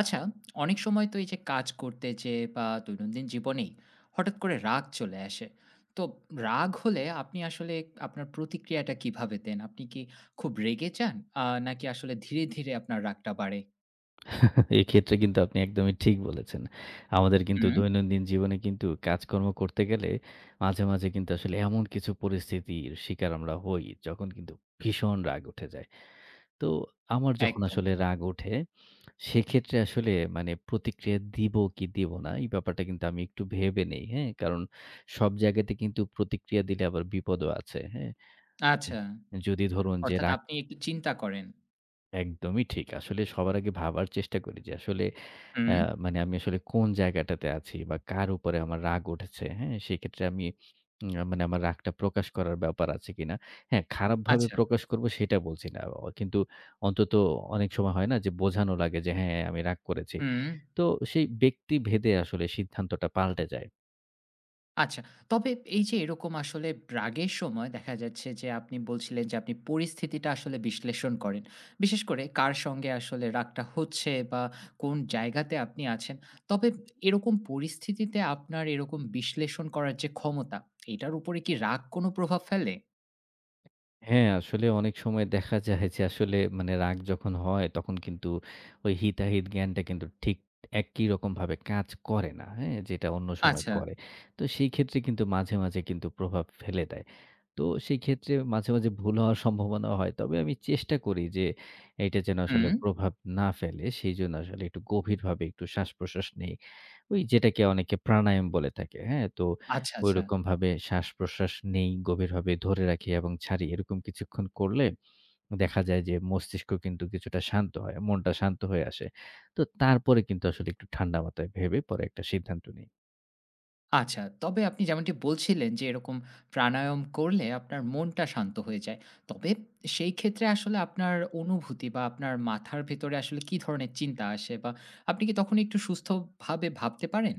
আচ্ছা, অনেক সময় তো এই যে কাজ করতে যেয়ে বা দৈনন্দিন জীবনেই হঠাৎ করে রাগ চলে আসে। তো রাগ হলে আপনি আসলে আপনার প্রতিক্রিয়াটা কিভাবে দেন? আপনি কি খুব রেগে যান? নাকি আসলে ধীরে, ধীরে আপনার রাগটা বাড়ে? এক্ষেত্রে কিন্তু আপনি একদমই ঠিক বলেছেন। আমাদের কিন্তু হুম, দৈনন্দিন জীবনে কিন্তু কাজকর্ম করতে গেলে মাঝে, মাঝে কিন্তু আসলে এমন কিছু পরিস্থিতির শিকার আমরা হই, যখন কিন্তু ভীষণ রাগ উঠে যায়। তো আমার যখন একদম। আসলে রাগ ওঠে, সেক্ষেত্রে আসলে মানে প্রতিক্রিয়া দিব কি দিব না, এই ব্যাপারটা কিন্তু আমি একটু ভেবে নেই, হ্যাঁ? কারণ সব জায়গাতে কিন্তু প্রতিক্রিয়া দিলে আবার বিপদও আছে, হ্যাঁ? আচ্ছা, যদি ধরুন যে অর্থাৎ রাগ আপনি একটু চিন্তা করেন। একদমই ঠিক। আসলে সবার আগে ভাবার চেষ্টা করি যে আসলে হুম, হ্যাঁ, মানে আমি আসলে কোন জায়গাটাতে আছি বা কার উপরে আমার রাগ উঠেছে, হ্যাঁ? সেক্ষেত্রে আমি মানে আমার রাগটা প্রকাশ করার ব্যাপার আছে কিনা? হ্যাঁ, খারাপভাবে আচ্ছা, প্রকাশ করব সেটা বলছি না। কিন্তু অন্তত অনেক সময় হয় না যে বোঝানো লাগে যে হ্যাঁ, আমি রাগ করেছি। হুম। তো সেই ব্যক্তিভেদে আসলে সিদ্ধান্তটা পাল্টে যায়। আচ্ছা। তবে এই যে এরকম আসলে রাগের সময় দেখা যাচ্ছে যে আপনি বলছিলেন যে আপনি পরিস্থিতিটা আসলে বিশ্লেষণ করেন। বিশেষ করে কার সঙ্গে আসলে রাগটা হচ্ছে বা কোন জায়গাতে আপনি আছেন। তবে এরকম পরিস্থিতিতে আপনার এরকম বিশ্লেষণ করার যে ক্ষমতা, এটার উপরে কি রাগ কোনো প্রভাব ফেলে? হ্যাঁ, আসলে অনেক সময় দেখা যায় যে আসলে মানে রাগ যখন হয় তখন কিন্তু ওই হিতাহিত জ্ঞানটা কিন্তু ঠিক একই রকমভাবে কাজ করে না। হ্যাঁ? যেটা অন্য সময় আচ্ছা। করে। তো সেই ক্ষেত্রে কিন্তু মাঝে, মাঝে কিন্তু প্রভাব ফেলে দেয়। তো সেই ক্ষেত্রে মাঝে, মাঝে ভুল হওয়ার সম্ভাবনা হয়। তবে আমি চেষ্টা করি যে এটা যেন হুম। আসলে প্রভাব না ফেলে। সেজন্য আসলে একটু গভীরভাবে একটু শ্বাস-প্রশ্বাস নেই। ওই যেটাকে অনেকে প্রাণায়াম বলে থাকে। হ্যাঁ? তো আচ্ছা, আচ্ছা। ঐরকমভাবে শ্বাস-প্রশ্বাস নেই, গভীরভাবে ধরে রাখি এবং ছাড়ি। এরকম কিছুক্ষণ করলে দেখা যায় যে মস্তিষ্ক কিন্তু কিছুটা শান্ত হয়। মনটা শান্ত হয়ে আসে। তো তারপরে কিন্তু আসলে একটু ঠান্ডা মাথায় ভেবে পরে একটা সিদ্ধান্ত নিই। আচ্ছা, তবে আপনি যেমনটি বলছিলেন যে এরকম প্রাণায়াম করলে আপনার মনটা শান্ত হয়ে যায়। তবে সেই ক্ষেত্রে আসলে আপনার অনুভূতি বা আপনার মাথার ভেতরে আসলে কি ধরনের চিন্তা আসে বা আপনি কি তখন একটু সুস্থভাবে ভাবতে পারেন?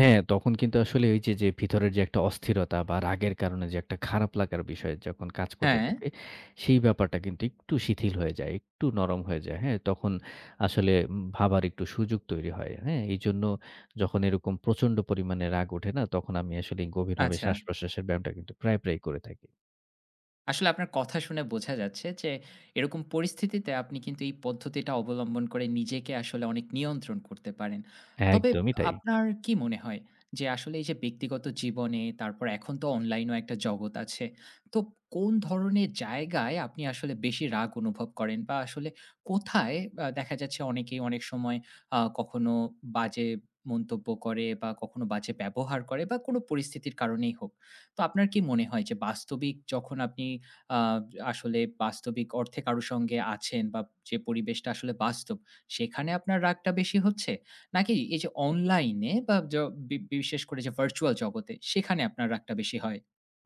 হ্যাঁ, তখন কিন্তু আসলে ওই যে, যে ভিতরের যে একটা অস্থিরতা বা রাগের কারণে যে একটা খারাপ লাগার বিষয় যখন কাজ করতে হ্যাঁ, থাকে, সেই ব্যাপারটা কিন্তু একটু শিথিল হয়ে যায়, একটু নরম হয়ে যায়। হ্যাঁ? তখন আসলে ভাবার একটু সুযোগ তৈরি হয়। হ্যাঁ? এইজন্য যখন এরকম প্রচন্ড পরিমাণে রাগ ওঠে না, তখন আমি আসলে গভীরভাবে আচ্ছা। শ্বাস-প্রশ্বাসের ব্যায়ামটা কিন্তু প্রায়, প্রায় করে থাকি। আসলে আপনার কথা শুনে বোঝা যাচ্ছে যে এরকম পরিস্থিতিতে আপনি কিন্তু এই পদ্ধতিটা অবলম্বন করে নিজেকে আসলে অনেক নিয়ন্ত্রণ করতে পারেন। তবে একদমই তাই। আপনার কি মনে হয় যে আসলে এই যে ব্যক্তিগত জীবনে তারপর এখন তো অনলাইনও একটা জগৎ আছে। তো কোন ধরনের জায়গায় আপনি আসলে বেশি রাগ অনুভব করেন বা আসলে কোথায় দেখা যাচ্ছে অনেকেই অনেক সময় কখনো বাজে মন্তব্য করে বা কখনো বাজে ব্যবহার করে বা কোনো পরিস্থিতির কারণেই হোক। তো আপনার কি মনে হয় যে বাস্তবিক যখন আপনি আ আসলে বাস্তবিক অর্থে কারো সঙ্গে আছেন বা যে পরিবেশটা আসলে বাস্তব, সেখানে আপনার রাগটা বেশি হচ্ছে? নাকি এই যে অনলাইনে বা য বি বিশেষ করে যে ভার্চুয়াল জগতে, সেখানে আপনার রাগটা বেশি হয়?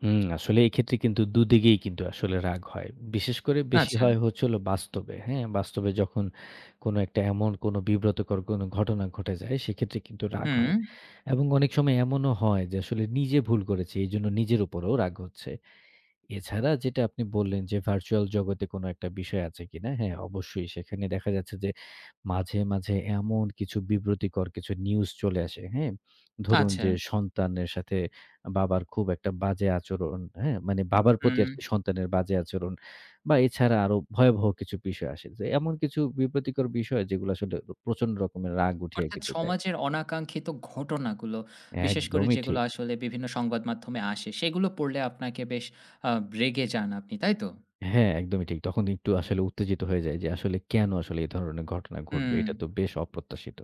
হুম, আসলে এক্ষেত্রে কিন্তু দুদিকেই কিন্তু আসলে রাগ হয়। বিশেষ করে বেশি আচ্ছা। হয় হচ্ছে হলো বাস্তবে, হ্যাঁ? বাস্তবে যখন কোনো একটা এমন কোনো বিব্রতকর কোনো ঘটনা ঘটে যায় সেক্ষেত্রে কিন্তু রাগ হুম। হয়। এবং অনেক সময় এমনও হয় যে আসলে নিজে ভুল করেছি। এজন্য নিজের উপরেও রাগ হচ্ছে। এছাড়া যেটা আপনি বললেন যে, ভার্চুয়াল জগতে কোনো একটা বিষয় আছে কিনা? হ্যাঁ, অবশ্যই। সেখানে দেখা যাচ্ছে যে মাঝে, মাঝে এমন কিছু বিব্রতিকর কিছু নিউজ চলে আসে, হ্যাঁ? ধরুন আচ্ছা। যে সন্তানের সাথে বাবার খুব একটা বাজে আচরণ, হ্যাঁ? মানে বাবার প্রতি হুম। আরকি সন্তানের বাজে আচরণ বা এছাড়া আরো ভয়াবহ কিছু বিষয় আসে। যে এমন কিছু বিব্রতিকর বিষয় যেগুলো আসলে প্রচন্ড রকমের রাগ উঠিয়ে অর্থাৎ কিন্তু দেয়। সমাজের অনাকাঙ্ক্ষিত ঘটনাগুলো, বিশেষ করে একদমই যেগুলো ঠিক। আসলে বিভিন্ন সংবাদ মাধ্যমে আসে, সেগুলো পড়লে আপনাকে বেশ আ রেগে যান আপনি, তাই তো? হ্যাঁ, একদমই ঠিক। তখন একটু আসলে উত্তেজিত হয়ে যাই যে আসলে কেন আসলে এ ধরনের ঘটনা ঘটবে? হুম। এটা তো বেশ অপ্রত্যাশিত।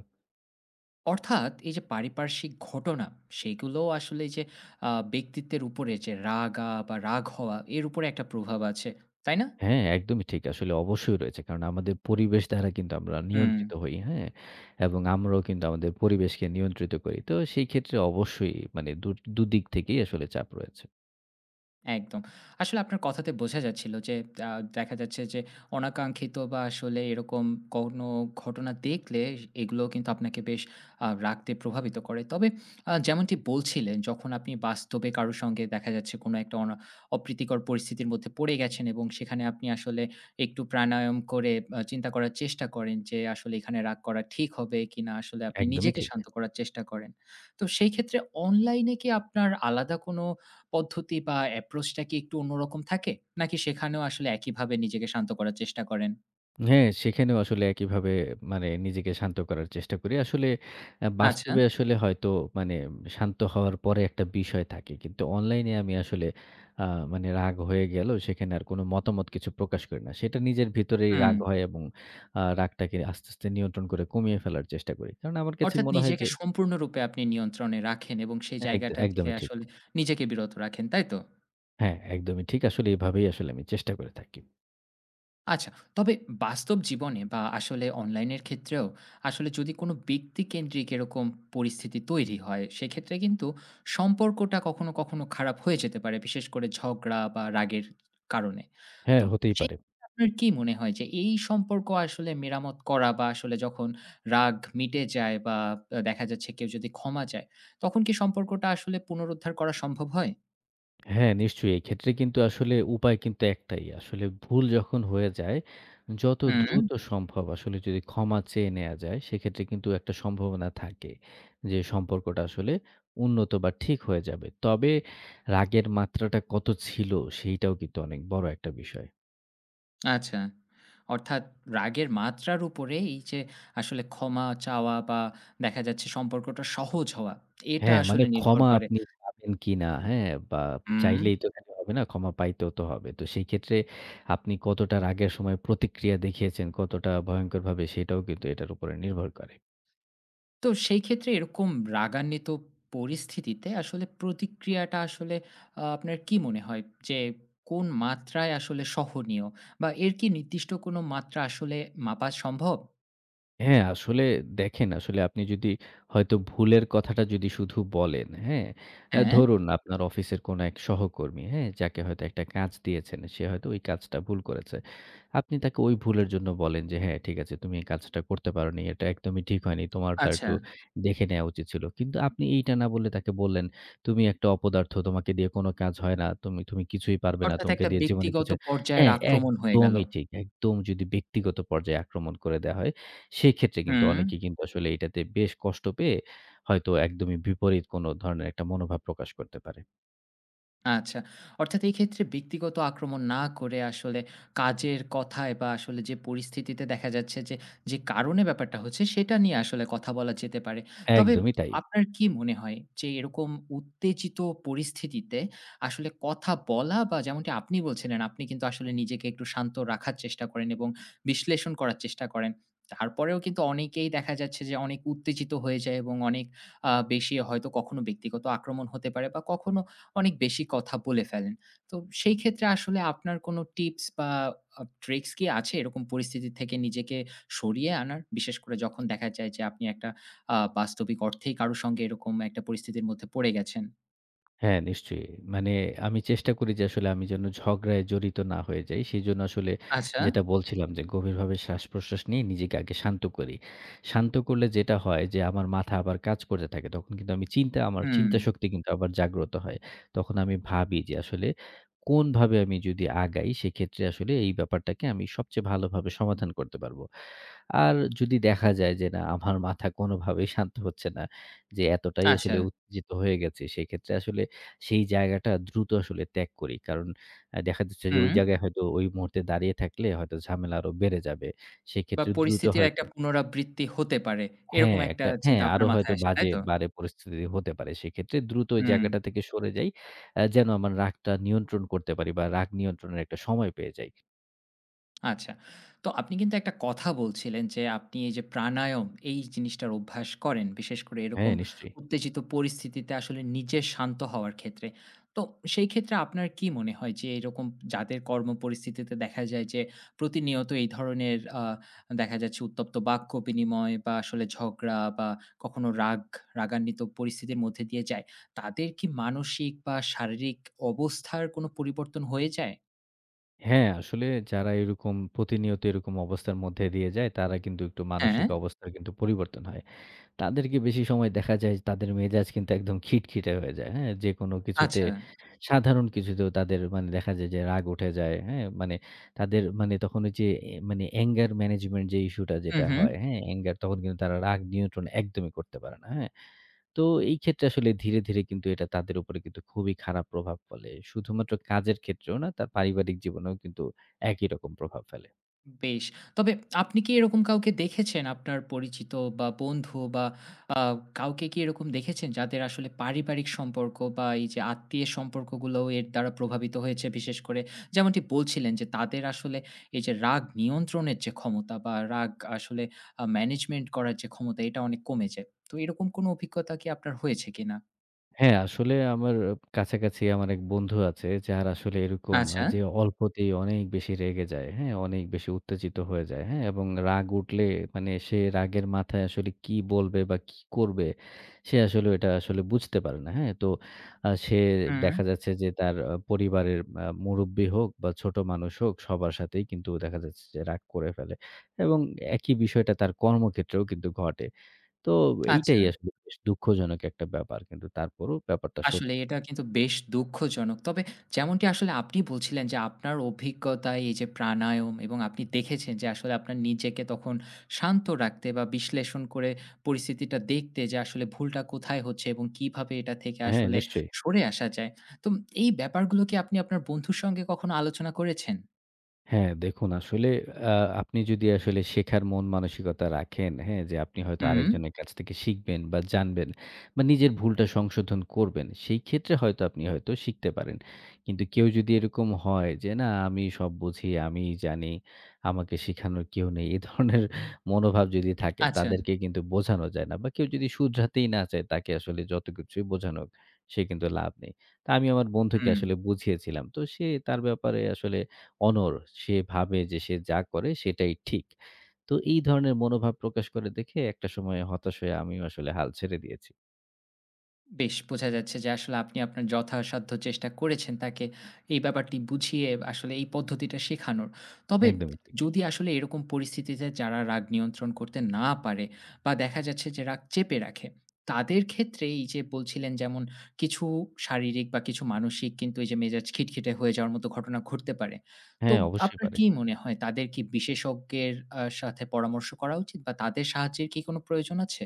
অর্থাৎ এই যে পারিপার্শ্বিক ঘটনা, সেগুলোও আসলে যে ব্যক্তিত্বের উপরে যে রাগা বা রাগ হওয়া, এর উপরে একটা প্রভাব আছে। তাই না? হ্যাঁ, একদমই ঠিক। আসলে অবশ্যই রয়েছে। কারণ আমাদের পরিবেশ দ্বারা কিন্তু আমরা হুম। নিয়ন্ত্রিত হই, হ্যাঁ? এবং আমরাও কিন্তু আমাদের পরিবেশকে নিয়ন্ত্রিত করি। তো সেই ক্ষেত্রে অবশ্যই মানে দুদিক থেকেই আসলে চাপ রয়েছে। একদম। আসলে আপনার কথাতে বোঝা যাচ্ছিল যে আ দেখা যাচ্ছে যে অনাকাঙ্ক্ষিত বা আসলে এরকম কোনো ঘটনা দেখলে এগুলো কিন্তু আপনাকে বেশ রাগতে প্রভাবিত করে। তবে যেমনটি বলছিলেন যখন আপনি বাস্তবে কারো সঙ্গে দেখা যাচ্ছে কোনো একটা অপ্রীতিকর পরিস্থিতির মধ্যে পড়ে গেছেন এবং সেখানে আপনি আসলে একটু প্রাণায়াম করে চিন্তা করার চেষ্টা করেন যে আসলে এখানে রাগ করা ঠিক হবে কিনা আসলে আপনি একদমই নিজেকে ঠিক। শান্ত করার চেষ্টা করেন। তো সেই ক্ষেত্রে অনলাইনে কি আপনার আলাদা কোনো পদ্ধতি বা অ্যাপ্রোচটা কি একটু অন্যরকম থাকে? নাকি সেখানেও আসলে একইভাবে নিজেকে শান্ত করার চেষ্টা করেন? হ্যাঁ, সেখানেও আসলে একইভাবে মানে নিজেকে শান্ত করার চেষ্টা করি। আসলে আচ্ছা, বাস্তবে আসলে হয়তো মানে শান্ত হওয়ার পরে একটা বিষয় থাকে। কিন্তু অনলাইনে আমি আসলে আ মানে রাগ হয়ে গেল সেখানে আর কোনো মতামত কিছু প্রকাশ করি না। সেটা নিজের ভিতরেই হুম। রাগ হয় এবং রাগটাকে আস্তে, আস্তে নিয়ন্ত্রণ করে কমিয়ে ফেলার চেষ্টা করি। কারণ আমার কাছে অর্থাৎ মনে হয় নিজেকে যে সম্পূর্ণরূপে আপনি নিয়ন্ত্রণে রাখেন এবং সেই হ্যাঁ, জায়গাটা থেকে একদমই ঠিক। আসলে নিজেকে বিরত রাখেন, তাই তো? হ্যাঁ, একদমই ঠিক। আসলে এভাবেই আসলে আমি চেষ্টা করে থাকি। আচ্ছা। তবে বাস্তব জীবনে বা আসলে অনলাইনের ক্ষেত্রেও আসলে যদি কোনো ব্যক্তিকেন্দ্রিক এরকম পরিস্থিতি তৈরি হয়, সেক্ষেত্রে কিন্তু সম্পর্কটা কখনো, কখনো খারাপ হয়ে যেতে পারে। বিশেষ করে ঝগড়া বা রাগের কারণে। তো হ্যাঁ, হতেই সেই পারে। ক্ষেত্রে আপনার কি মনে হয় যে এই সম্পর্ক আসলে মেরামত করা বা আসলে যখন রাগ মিটে যায় বা দেখা যাচ্ছে কেউ যদি ক্ষমা চায়, তখন কি সম্পর্কটা আসলে পুনরুদ্ধার করা সম্ভব হয়? হ্যাঁ, নিশ্চয়ই। এক্ষেত্রে কিন্তু আসলে উপায় কিন্তু একটাই। আসলে ভুল যখন হয়ে যায়, যত হুম। দ্রুত সম্ভব আসলে যদি ক্ষমা চেয়ে নেয়া যায়, সেক্ষেত্রে কিন্তু একটা সম্ভাবনা থাকে যে সম্পর্কটা আসলে উন্নত বা ঠিক হয়ে যাবে। তবে রাগের মাত্রাটা কত ছিল সেইটাও কিন্তু অনেক বড় একটা বিষয়। আচ্ছা। অর্থাৎ রাগের মাত্রার উপরে এই যে আসলে ক্ষমা চাওয়া বা দেখা যাচ্ছে সম্পর্কটা সহজ হওয়া, এটা হ্যাঁ, মানে আসলে নির্ভর ক্ষমা করে। আপনি পাবেন কিনা, হ্যাঁ? বা হুম। চাইলেই তো খালি হবে না, ক্ষমা পাইতেও তো হবে। তো সেই ক্ষেত্রে আপনি কতটা রাগের সময় প্রতিক্রিয়া দেখিয়েছেন, কতটা ভয়ঙ্করভাবে সেটাও কিন্তু এটার উপরে নির্ভর করে। তো সেই ক্ষেত্রে এরকম রাগান্বিত পরিস্থিতিতে আসলে প্রতিক্রিয়াটা আসলে আপনার কি মনে হয় যে কোন মাত্রায় আসলে সহনীয়? বা এর কি নির্দিষ্ট কোনো মাত্রা আসলে মাপা সম্ভব? হ্যাঁ, আসলে দেখেন, আসলে আপনি যদি হয়তো ভুলের কথাটা যদি শুধু বলেন, হ্যাঁ? হ্যাঁ? ধরুন আপনার অফিসের কোনো এক সহকর্মী, হ্যাঁ? যাকে হয়তো একটা কাজ দিয়েছেন, সে হয়তো ওই কাজটা ভুল করেছে। আপনি তাকে ওই ভুলের জন্য বলেন যে, "হ্যাঁ, ঠিক আছে, তুমি এই কাজটা করতে পারোনি। এটা একদমই ঠিক হয়নি। তোমার তা আচ্ছা। একটু দেখে নেয়া উচিত ছিল।" কিন্তু আপনি এইটা না বলে তাকে বললেন, "তুমি একটা অপদার্থ, তোমাকে দিয়ে কোনো কাজ হয় না। তুমি তুমি কিছুই পারবে না। অর্থাৎ তোমাকে একটা দিয়ে জীবনে ব্যক্তিগত কিছু" পর্যায়ের হ্যাঁ, আক্রমণ হয়ে গেল। একদমই ঠিক। একদম যদি ব্যক্তিগত পর্যায়ে আক্রমণ করে দেয়া হয় সেই ক্ষেত্রে কিন্তু হুম। অনেকে কিন্তু আসলে এটাতে বেশ কষ্ট পেয়ে হয়তো একদমই বিপরীত কোনো ধরনের একটা মনোভাব প্রকাশ করতে পারে। আচ্ছা। অর্থাৎ এই ক্ষেত্রে ব্যক্তিগত আক্রমণ না করে আসলে কাজের কথায় বা আসলে যে পরিস্থিতিতে দেখা যাচ্ছে যে, যে কারণে ব্যাপারটা হচ্ছে সেটা নিয়ে আসলে কথা বলা যেতে পারে। তবে একদমই তাই। আপনার কি মনে হয় যে এরকম উত্তেজিত পরিস্থিতিতে আসলে কথা বলা বা যেমনটি আপনি বলছিলেন আপনি কিন্তু আসলে নিজেকে একটু শান্ত রাখার চেষ্টা করেন এবং বিশ্লেষণ করার চেষ্টা করেন। তারপরেও কিন্তু অনেকেই দেখা যাচ্ছে যে অনেক উত্তেজিত হয়ে যায় এবং অনেক বেশি হয়তো কখনো ব্যক্তিগত আক্রমণ হতে পারে বা কখনো অনেক বেশি কথা বলে ফেলেন। তো সেই ক্ষেত্রে আসলে আপনার কোনো টিপস বা ট্রিক্স কি আছে এরকম পরিস্থিতি থেকে নিজেকে সরিয়ে আনার? বিশেষ করে যখন দেখা যায় যে আপনি একটা বাস্তবিক অর্থেই কারো সঙ্গে এরকম একটা পরিস্থিতির মধ্যে পড়ে গেছেন। হ্যাঁ, নিশ্চয়ই। মানে আমি চেষ্টা করি যে আসলে আমি যেন ঝগড়ায় জড়িত না হয়ে যাই। সেজন্য আসলে আচ্ছা। যেটা বলছিলাম যে গভীরভাবে শ্বাস-প্রশ্বাস নিয়ে নিজেকে আগে শান্ত করি। শান্ত করলে যেটা হয় যে আমার মাথা আবার কাজ করতে থাকে। তখন কিন্তু আমি হুম, চিন্তা শক্তি কিন্তু আবার জাগ্রত হয়। তখন আমি ভাবি যে আসলে কোনভাবে আমি যদি আগাই সেক্ষেত্রে আসলে এই ব্যাপারটাকে আমি সবচেয়ে ভালোভাবে সমাধান করতে পারবো। আর যদি দেখা যায় যে না আমার মাথা কোনোভাবেই শান্ত হচ্ছে না, যে এতটাই আচ্ছা। আসলে উত্তেজিত হয়ে গেছি সেক্ষেত্রে আসলে সেই জায়গাটা দ্রুত আসলে ত্যাগ করি। কারণ দেখা যাচ্ছে যে ওই হুম। জায়গায় হয়তো ওই মুহূর্তে দাঁড়িয়ে থাকলে হয়তো ঝামেলা আরো বেড়ে যাবে। বা সেক্ষেত্রে দ্রুত পরিস্থিতির একটা হয়তো পুনরাবৃত্তি হতে পারে। এরকম হ্যাঁ, একটা চিন্তা আপনার আরো হয়তো মাথায় আসে, তাই বাজে তো? বারে পরিস্থিতি হতে পারে। সেক্ষেত্রে দ্রুত ওই হুম। জায়গাটা থেকে সরে যাই। যেন আমার রাগটা নিয়ন্ত্রণ করতে পারি বা রাগ নিয়ন্ত্রণের একটা সময় পেয়ে যাই। আচ্ছা। তো আপনি কিন্তু একটা কথা বলছিলেন যে, আপনি এই যে প্রাণায়াম, এই জিনিসটার অভ্যাস করেন। বিশেষ করে হ্যাঁ, এরকম নিশ্চয়ই। উত্তেজিত পরিস্থিতিতে আসলে নিজে শান্ত হওয়ার ক্ষেত্রে। তো সেই ক্ষেত্রে আপনার কি মনে হয় যে, এরকম যাদের কর্মপরিস্থিতিতে দেখা যায় যে, প্রতিনিয়ত এই ধরনের দেখা যাচ্ছে উত্তপ্ত বাক্য বিনিময় বা আসলে ঝগড়া বা কখনো রাগ, রাগান্বিত পরিস্থিতির মধ্যে দিয়ে যায়, তাদের কি মানসিক বা শারীরিক অবস্থার কোনো পরিবর্তন হয়ে যায়? হ্যাঁ, আসলে যারা এরকম প্রতিনিয়ত এরকম অবস্থার মধ্যে দিয়ে যায় তারা কিন্তু একটু হ্যাঁ, মানসিক অবস্থার কিন্তু পরিবর্তন হয়। তাদেরকে বেশি সময় দেখা যায় যে তাদের মেজাজ কিন্তু একদম খিটখিটে হয়ে যায়। হ্যাঁ? যেকোনো কিছুতে আচ্ছা। সাধারণ কিছুতেও তাদের মানে দেখা যায় যে রাগ উঠে যায়। হ্যাঁ? মানে তাদের মানে তখন ওই যে মানে anger management যে ইস্যুটা হু, যেটা হু। হয়, হ্যাঁ? তখন কিন্তু তারা রাগ নিয়ন্ত্রণ একদমই করতে পারে না। হ্যাঁ? তো এই ক্ষেত্রে আসলে ধীরে, ধীরে কিন্তু এটা তাদের উপরে কিন্তু খুবই খারাপ প্রভাব ফেলে। শুধুমাত্র কাজের ক্ষেত্রেও না, তার পারিবারিক জীবনেও কিন্তু একই রকম প্রভাব ফেলে। বেশ। তবে আপনি কি এরকম কাউকে দেখেছেন আপনার পরিচিত বা বন্ধু বা আ কাউকে কি এরকম দেখেছেন যাদের আসলে পারিবারিক সম্পর্ক বা এই যে আত্মীয়ের সম্পর্কগুলোও এর দ্বারা প্রভাবিত হয়েছে? বিশেষ করে যেমনটি বলছিলেন যে তাদের আসলে এই যে রাগ নিয়ন্ত্রণের যে ক্ষমতা বা রাগ আসলে ম্যানেজমেন্ট করার যে ক্ষমতা এটা অনেক কমে যায়। তো এরকম কোনো অভিজ্ঞতা কি আপনার হয়েছে কিনা? হ্যাঁ, আসলে আমার কাছাকাছি আমার এক বন্ধু আছে যার আসলে এরকম আচ্ছা। যে অল্পতেই অনেক বেশি রেগে যায়, হ্যাঁ? অনেক বেশি উত্তেজিত হয়ে যায়, হ্যাঁ? এবং রাগ উঠলে মানে সে রাগের মাথায় আসলে কি বলবে বা কি করবে সে আসলে এটা আসলে বুঝতে পারে না, হ্যাঁ? তো সে হুম, দেখা যাচ্ছে যে তার পরিবারের মুরুব্বি হোক বা ছোট মানুষ হোক সবার সাথেই কিন্তু দেখা যাচ্ছে যে রাগ করে ফেলে এবং একই বিষয়টা তার কর্মক্ষেত্রেও কিন্তু ঘটে। তো আচ্ছা। এইটাই আসলে বেশ দুঃখজনক একটা ব্যাপার। কিন্তু তারপরও ব্যাপারটা আসলে এটা কিন্তু বেশ দুঃখজনক। তবে যেমনটি আসলে আপনি বলছিলেন যে আপনার অভিজ্ঞতায় এই যে প্রাণায়াম এবং আপনি দেখেছেন যে আসলে আপনার নিজেকে তখন শান্ত রাখতে বা বিশ্লেষণ করে পরিস্থিতিটা দেখতে যে আসলে ভুলটা কোথায় হচ্ছে এবং কিভাবে এটা থেকে হ্যাঁ, আসলে নিশ্চয়ই। সরে আসা যায়। তো এই ব্যাপারগুলো কি আপনি আপনার বন্ধুর সঙ্গে কখনো আলোচনা করেছেন? হ্যাঁ, দেখুন আসলে আ আপনি যদি আসলে শেখার মন মানসিকতা রাখেন, হ্যাঁ? যে আপনি হয়তো হুম, আরেকজনের কাছ থেকে শিখবেন বা জানবেন বা নিজের ভুলটা সংশোধন করবেন, সেই ক্ষেত্রে হয়তো আপনি হয়তো শিখতে পারেন। কিন্তু কেউ যদি এরকম হয় যে, "না আমি সব বুঝি, আমিই জানি, আমাকে শেখানোর কেউ নেই।" এ ধরনের মনোভাব যদি থাকে আচ্ছা, তাদেরকে কিন্তু বোঝানো যায় না বা কেউ যদি শুধরাতেই না চায় তাকে আসলে যত কিছুই বোঝানো হোক, সে কিন্তু লাভ নেই। তা আমি আমার বন্ধুকে হুম। আসলে বুঝিয়েছিলাম। তো সে তার ব্যাপারে আসলে অনড়। সে ভাবে যে সে যা করে সেটাই ঠিক। তো এই ধরনের মনোভাব প্রকাশ করে দেখে একটা সময়ে হতাশ হয়ে আমিও আসলে হাল ছেড়ে দিয়েছি। বেশ বোঝা যাচ্ছে যে আসলে আপনি আপনার যথাসাধ্য চেষ্টা করেছেন তাকে এই ব্যাপারটি বুঝিয়ে আসলে এই পদ্ধতিটা শেখানোর। তবে একদমই ঠিক। যদি আসলে এরকম পরিস্থিতিতে যারা রাগ নিয়ন্ত্রণ করতে না পারে বা দেখা যাচ্ছে যে রাগ চেপে রাখে, তাদের ক্ষেত্রে এই যে বলছিলেন যেমন কিছু শারীরিক বা কিছু মানসিক কিন্তু এই যে মেজাজ খিটখিটে হয়ে যাওয়ার মতো ঘটনা ঘটতে পারে। তো হ্যাঁ, অবশ্যই আপনার পারে। কি মনে হয় তাদের কি বিশেষজ্ঞের সাথে পরামর্শ করা উচিত বা তাদের সাহায্যের কি কোনো প্রয়োজন আছে?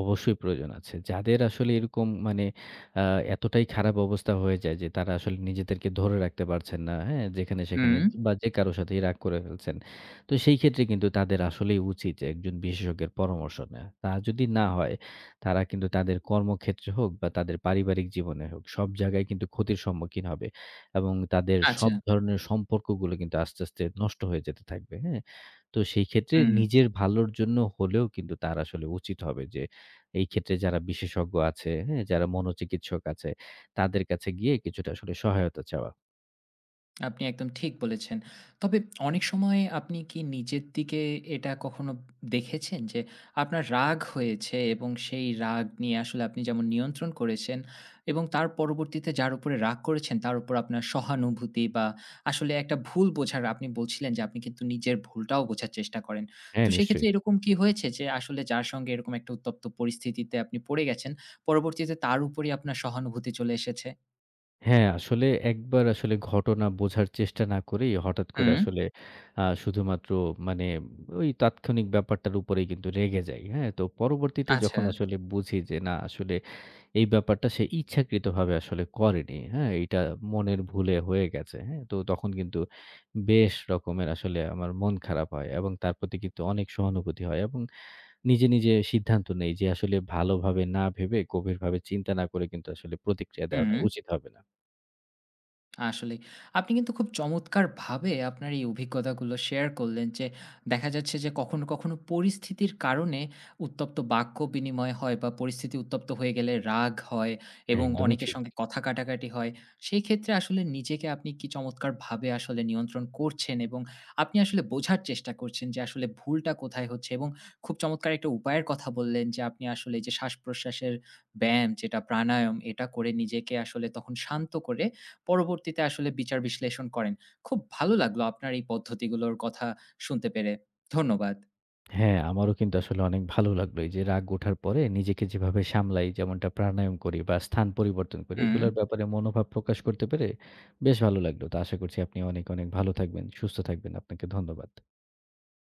অবশ্যই প্রয়োজন আছে। যাদের আসলে এরকম মানে আ এতটাই খারাপ অবস্থা হয়ে যায় যে তারা আসলে নিজেদেরকে ধরে রাখতে পারছেন না, হ্যাঁ? যেখানে-সেখানে হুম, বা যে কারো সাথেই রাগ করে ফেলছেন। তো সেই ক্ষেত্রে কিন্তু তাদের আসলেই উচিত যে একজন বিশেষজ্ঞের পরামর্শ নেয়া। তা যদি না হয় তারা কিন্তু তাদের কর্মক্ষেত্রে হোক বা তাদের পারিবারিক জীবনে হোক সব জায়গায় কিন্তু ক্ষতির সম্মুখীন হবে এবং তাদের আচ্ছা, সব ধরনের সম্পর্কগুলো কিন্তু আস্তে, আস্তে নষ্ট হয়ে যেতে থাকবে, হ্যাঁ? তো সেই ক্ষেত্রে হুম। নিজের ভালোর জন্য হলেও কিন্তু তার আসলে উচিত হবে যে এই ক্ষেত্রে যারা বিশেষজ্ঞ আছে, হ্যাঁ? যারা মনোচিকিৎসক আছে, তাদের কাছে গিয়ে কিছুটা আসলে সহায়তা চাওয়া। আপনি একদম ঠিক বলেছেন। তবে অনেক সময় আপনি কি নিজের দিকে এটা কখনো দেখেছেন যে আপনার রাগ হয়েছে এবং সেই রাগ নিয়ে আসলে আপনি যেমন নিয়ন্ত্রণ করেছেন এবং তার পরবর্তীতে যার উপরে রাগ করেছেন তার উপর আপনার সহানুভূতি বা আসলে একটা ভুল বোঝার আপনি বলছিলেন যে আপনি কিন্তু নিজের ভুলটাও বোঝার চেষ্টা করেন। তো হ্যাঁ, নিশ্চয়ই। সেক্ষেত্রে এরকম কি হয়েছে যে আসলে যার সঙ্গে এরকম একটা উত্তপ্ত পরিস্থিতিতে আপনি পড়ে গেছেন, পরবর্তীতে তার উপরেই আপনার সহানুভূতি চলে এসেছে? হ্যাঁ, আসলে একবার আসলে ঘটনা বোঝার চেষ্টা না করেই হঠাৎ করে হুম, আসলে শুধুমাত্র মানে ওই তাৎক্ষণিক ব্যাপারটার উপরেই কিন্তু রেগে যাই। হ্যাঁ? তো পরবর্তীতে আচ্ছা। যখন আসলে বুঝি যে না আসলে এই ব্যাপারটা সে ইচ্ছাকৃতভাবে আসলে করেনি। হ্যাঁ? এটা মনের ভুলে হয়ে গেছে। হ্যাঁ? তো তখন কিন্তু বেশ রকমের আসলে আমার মন খারাপ হয় এবং তার প্রতি কিন্তু অনেক সহানুভূতি হয় এবং নিজে, নিজে সিদ্ধান্ত নেই যে আসলে ভালোভাবে না ভেবে, গভীরভাবে চিন্তা না করে কিন্তু আসলে প্রতিক্রিয়া দেওয়াটা হুম। উচিত হবে না। আসলেই। আপনি কিন্তু খুব চমৎকারভাবে আপনার এই অভিজ্ঞতাগুলো শেয়ার করলেন যে, দেখা যাচ্ছে যে কখনো, কখনো পরিস্থিতির কারণে উত্তপ্ত বাক্য বিনিময় হয় বা পরিস্থিতি উত্তপ্ত হয়ে গেলে রাগ হয় এবং একদমই অনেকের ঠিক। সঙ্গে কথা কাটাকাটি হয়। সেই ক্ষেত্রে আসলে নিজেকে আপনি কি চমৎকারভাবে আসলে নিয়ন্ত্রণ করছেন এবং আপনি আসলে বোঝার চেষ্টা করছেন যে আসলে ভুলটা কোথায় হচ্ছে এবং খুব চমৎকার একটা উপায়ের কথা বললেন যে আপনি আসলে যে শ্বাস-প্রশ্বাসের ব্যায়াম যেটা প্রাণায়াম এটা করে নিজেকে আসলে তখন শান্ত করে পরবর্তীতে আসলে বিচার বিশ্লেষণ করেন। খুব ভালো লাগলো আপনার এই পদ্ধতিগুলোর কথা শুনতে পেরে। ধন্যবাদ। হ্যাঁ, আমারও কিন্তু আসলে অনেক ভালো লাগলো এই যে রাগ ওঠার পরে নিজেকে যেভাবে সামলাই, যেমনটা প্রাণায়াম করি বা স্থান পরিবর্তন করি, হুম। এগুলোর ব্যাপারে মনোভাব প্রকাশ করতে পেরে বেশ ভালো লাগলো। তো আশা করছি আপনি অনেক, অনেক ভালো থাকবেন, সুস্থ থাকবেন। আপনাকে ধন্যবাদ।